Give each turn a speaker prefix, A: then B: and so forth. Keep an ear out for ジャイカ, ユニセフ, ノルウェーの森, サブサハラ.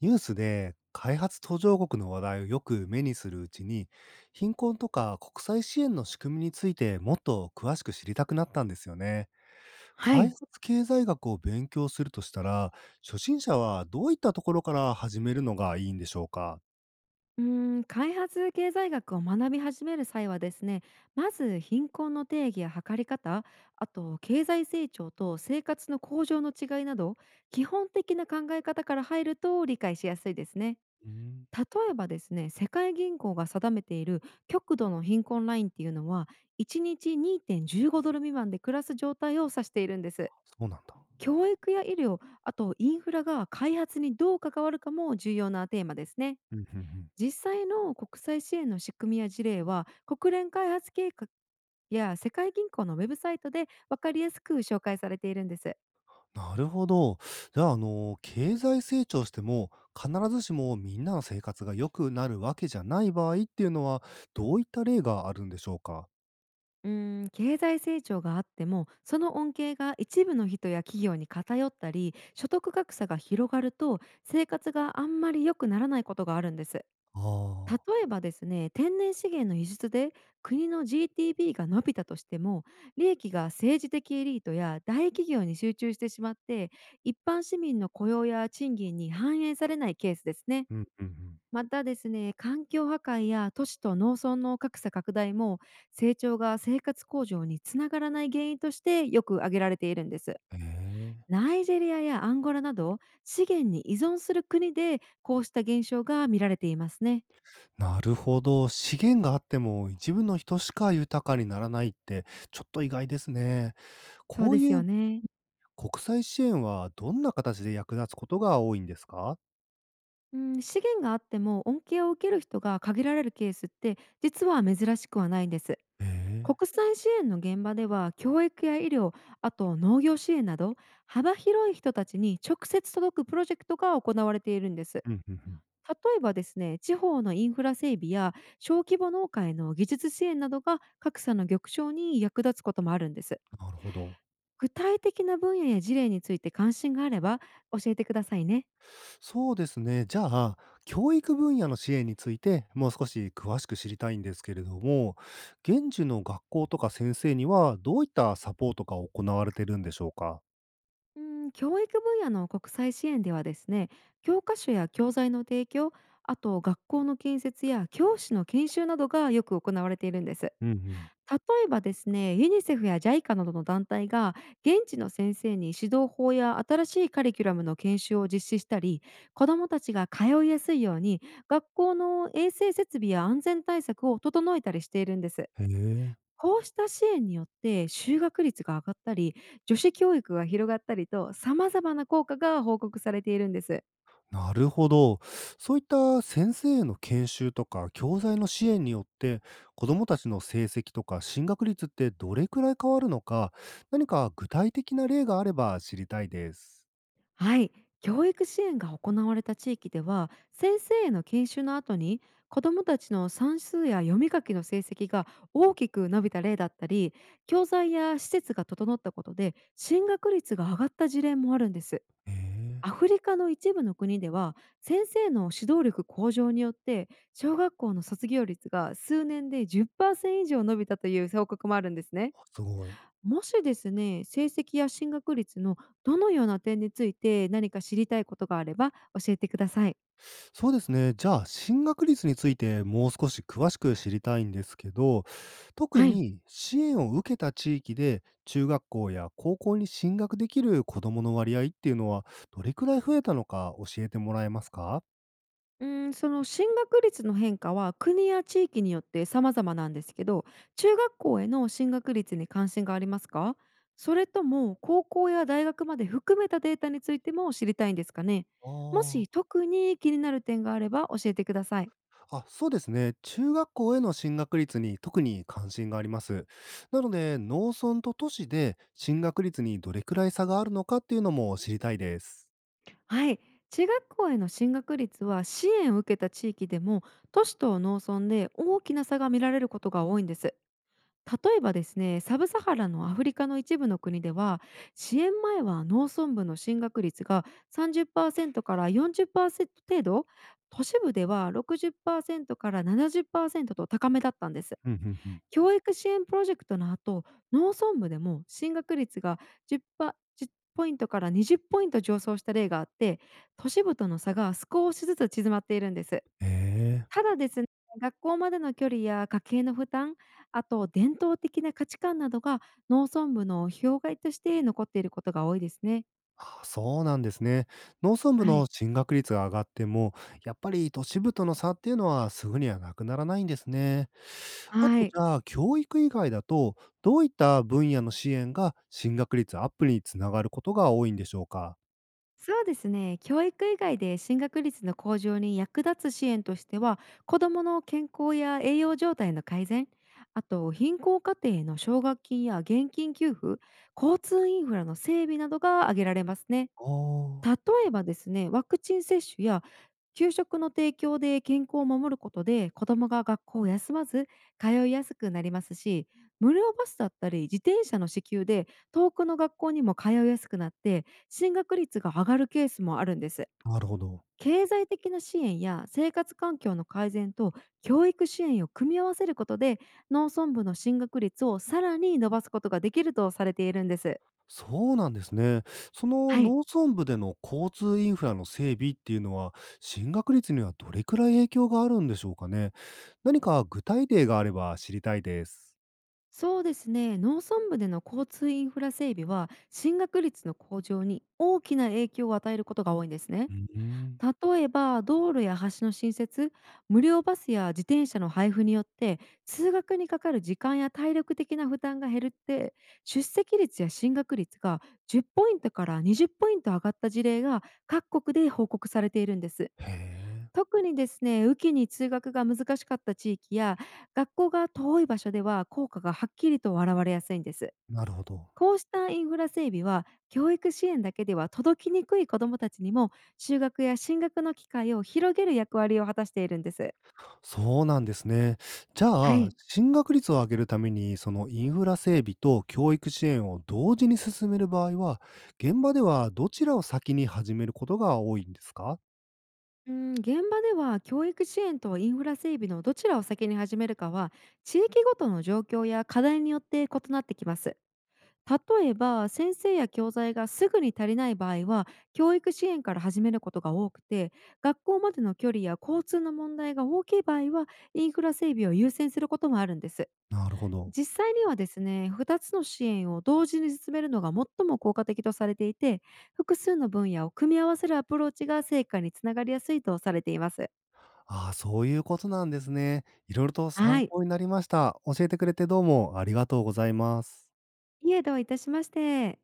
A: ニュースで開発途上国の話題をよく目にするうちに、貧困とか国際支援の仕組みについてもっと詳しく知りたくなったんですよね。
B: は
A: 開
B: い。
A: 発経済学を勉強するとしたら、初心者はどういったところから始めるのがいいんでしょうか？
B: 開発経済学を学び始める際はですね、まず貧困の定義や測り方、あと経済成長と生活の向上の違いなど、基本的な考え方から入ると理解しやすいですね。
A: うーん、
B: 例えばですね、世界銀行が定めている極度の貧困ラインっていうのは、1日2.15ドル未満で暮らす状態を指しているんです。
A: そうなんだ。
B: 教育や医療、あとインフラが開発にどう関わるかも重要なテーマですね。
A: うんうんうん。
B: 実際の国際支援の仕組みや事例は国連開発計画や世界銀行のウェブサイトで分かりやすく紹介されているんです。
A: なるほど。じゃあ、経済成長しても、必ずしもみんなの生活が良くなるわけじゃない場合っていうのは、どういった例があるんでしょうか？
B: 経済成長があってもその恩恵が一部の人や企業に偏ったり所得格差が広がると生活があんまり良くならないことがあるんです。
A: あ
B: 例
A: あー。
B: えばですね、天然資源の輸出で国の GTB が伸びたとしても、利益が政治的エリートや大企業に集中してしまって、一般市民の雇用や賃金に反映されないケースですね。
A: うんうんうん。
B: またですね、環境破壊や都市と農村の格差拡大も成長が生活向上につながらない原因としてよく挙げられているんです。
A: え、
B: ナイジェリアやアンゴラなど資源に依存する国でこうした現象が見られていますね。
A: なるほど。資源があっても一部の人しか豊かにならないって、ちょっと意外ですね。
B: そう
A: こう
B: で
A: い
B: す
A: う
B: よね。
A: 国際支援はどんな形で役立つことが多いんですか？
B: うん、資源があっても恩恵を受ける人が限られるケースって実は珍しくはないんです。
A: え。
B: 国際支援の現場では教育や医療、あと農業支援など幅広い人たちに直接届くプロジェクトが行われているんです。
A: うんうんうん。
B: 例えばですね、地方のインフラ整備や小規模農家への技術支援などが格差の玉章に役立つこともあるんです。
A: なるほど。
B: 具体的な分野や事例について関心があれば教えてくださいね。
A: そうですね。じゃあ、教育分野の支援についてもう少し詳しく知りたいんですけれども、現地の学校とか先生にはどういったサポートが行われてるんでしょうか？
B: うん、教育分野の国際支援ではですね、教科書や教材の提供、あと学校の建設や教師の研修などがよく行われているんです。
A: うんうん。
B: 例えばですね、ユニセフやジャイカなどの団体が現地の先生に指導法や新しいカリキュラムの研修を実施したり、子どもたちが通いやすいように学校の衛生設備や安全対策を整えたりしているんです。
A: へえ。
B: こうした支援によって就学率が上がったり、女子教育が広がったりと、様々な効果が報告されているんです。
A: なるほど。そういった先生への研修とか教材の支援によって、子どもたちの成績とか進学率ってどれくらい変わるのか、何か具体的な例があれば知りたいです。
B: はい、教育支援が行われた地域では、先生への研修の後に子どもたちの算数や読み書きの成績が大きく伸びた例だったり、教材や施設が整ったことで進学率が上がった事例もあるんです。
A: へえ、
B: アフリカの一部の国では先生の指導力向上によって小学校の卒業率が数年で10%以上伸びたという報告もあるんですね。
A: あすごい。
B: もしですね、成績や進学率のどのような点について何か知りたいことがあれば教えてください。
A: そうですね。じゃあ、進学率についてもう少し詳しく知りたいんですけど、特
B: はい、
A: に支援を受けた地域で中学校や高校に進学できる子どもの割合っていうのは、どれくらい増えたのか教えてもらえますか？
B: うん、その進学率の変化は国や地域によって様々なんですけど、中学校への進学率に関心がありますか？それとも高校や大学まで含めたデータについても知りたいんですかね。もし
A: あ、
B: 特に気になる点があれば教えてください。
A: あ、あ、そうですね。中学校への進学率に特に関心があります。なので、農村と都市で進学率にどれくらい差があるのかっていうのも知りたいです。
B: はい、中学校への進学率は支援を受けた地域でも都市と農村で大きな差が見られることが多いんです。例えばですね、サブサハラのアフリカの一部の国では支援前は農村部の進学率が30%から40%程度、都市部では60%から70%と高めだったんです。
A: うんうんうん。
B: 教育支援プロジェクトの後、農村部でも進学率が10パ10ポイントから20ポイント上昇した例があって、都市部との差が少しずつ縮まっているんです。
A: ええ。
B: ただですね、学校までの距離や家計の負担、あと伝統的な価値観などが農村部の障害として残っていることが多いですね。
A: あ、そうなんですね。農村部
B: は
A: の
B: い。
A: 進学率が上がっても、やっぱり都市部との差っていうのはすぐにはなくならないんですね。あ
B: は
A: と、
B: い。
A: じゃあ、教育以外だと、どういった分野の支援が進学率アップにつながることが多いんでしょうか？
B: そうですね。教育以外で進学率の向上に役立つ支援としては、子どもの健康や栄養状態の改善、あと貧困家庭への奨学金や現金給付、交通インフラの整備などが挙げられますね。
A: ああ。
B: 例えばですね、ワクチン接種や給食の提供で健康を守ることで子どもが学校を休まず通いやすくなりますし、無料バスだったり自転車の支給で遠くの学校にも通いやすくなって進学率が上がるケースもあるんです。
A: なるほど。
B: 経済的な支援や生活環境の改善と教育支援を組み合わせることで農村部の進学率をさらに伸ばすことができるとされているんです。
A: そうなんですね。その
B: はい、
A: 農村部での交通インフラの整備っていうのは、進学率にはどれくらい影響があるんでしょうかね。何か具体例があれば知りたいです。
B: そうですね、農村部での交通インフラ整備は進学率の向上に大きな影響を与えることが多いんですね。
A: うん、
B: 例えば道路や橋の新設、無料バスや自転車の配布によって通学にかかる時間や体力的な負担が減るって、出席率や進学率が10ポイントから20ポイント上がった事例が各国で報告されているんです。
A: へえ、
B: 特にですね、雨季に通学が難しかった地域や、学校が遠い場所では効果がはっきりと現れやすいんです。
A: なるほど。
B: こうしたインフラ整備は、教育支援だけでは届きにくい子どもたちにも、就学や進学の機会を広げる役割を果たしているんです。
A: そうなんですね。じゃ
B: は
A: あ、
B: い。
A: 進学率を上げるために、そのインフラ整備と教育支援を同時に進める場合は、現場ではどちらを先に始めることが多いんですか？
B: うん、現場では教育支援とインフラ整備のどちらを先に始めるかは、地域ごとの状況や課題によって異なってきます。例えば先生や教材がすぐに足りない場合は教育支援から始めることが多くて、学校までの距離や交通の問題が大きい場合はインフラ整備を優先することもあるんです。
A: なるほど。
B: 実際にはですね、2つの支援を同時に進めるのが最も効果的とされていて、複数の分野を組み合わせるアプローチが成果につながりやすいとされています。
A: ああ、そういうことなんですね。いろいろと
B: は
A: 参
B: い。
A: 考になりました。教えてくれてどうもありがとうございます。
B: いえ、どういたしまして。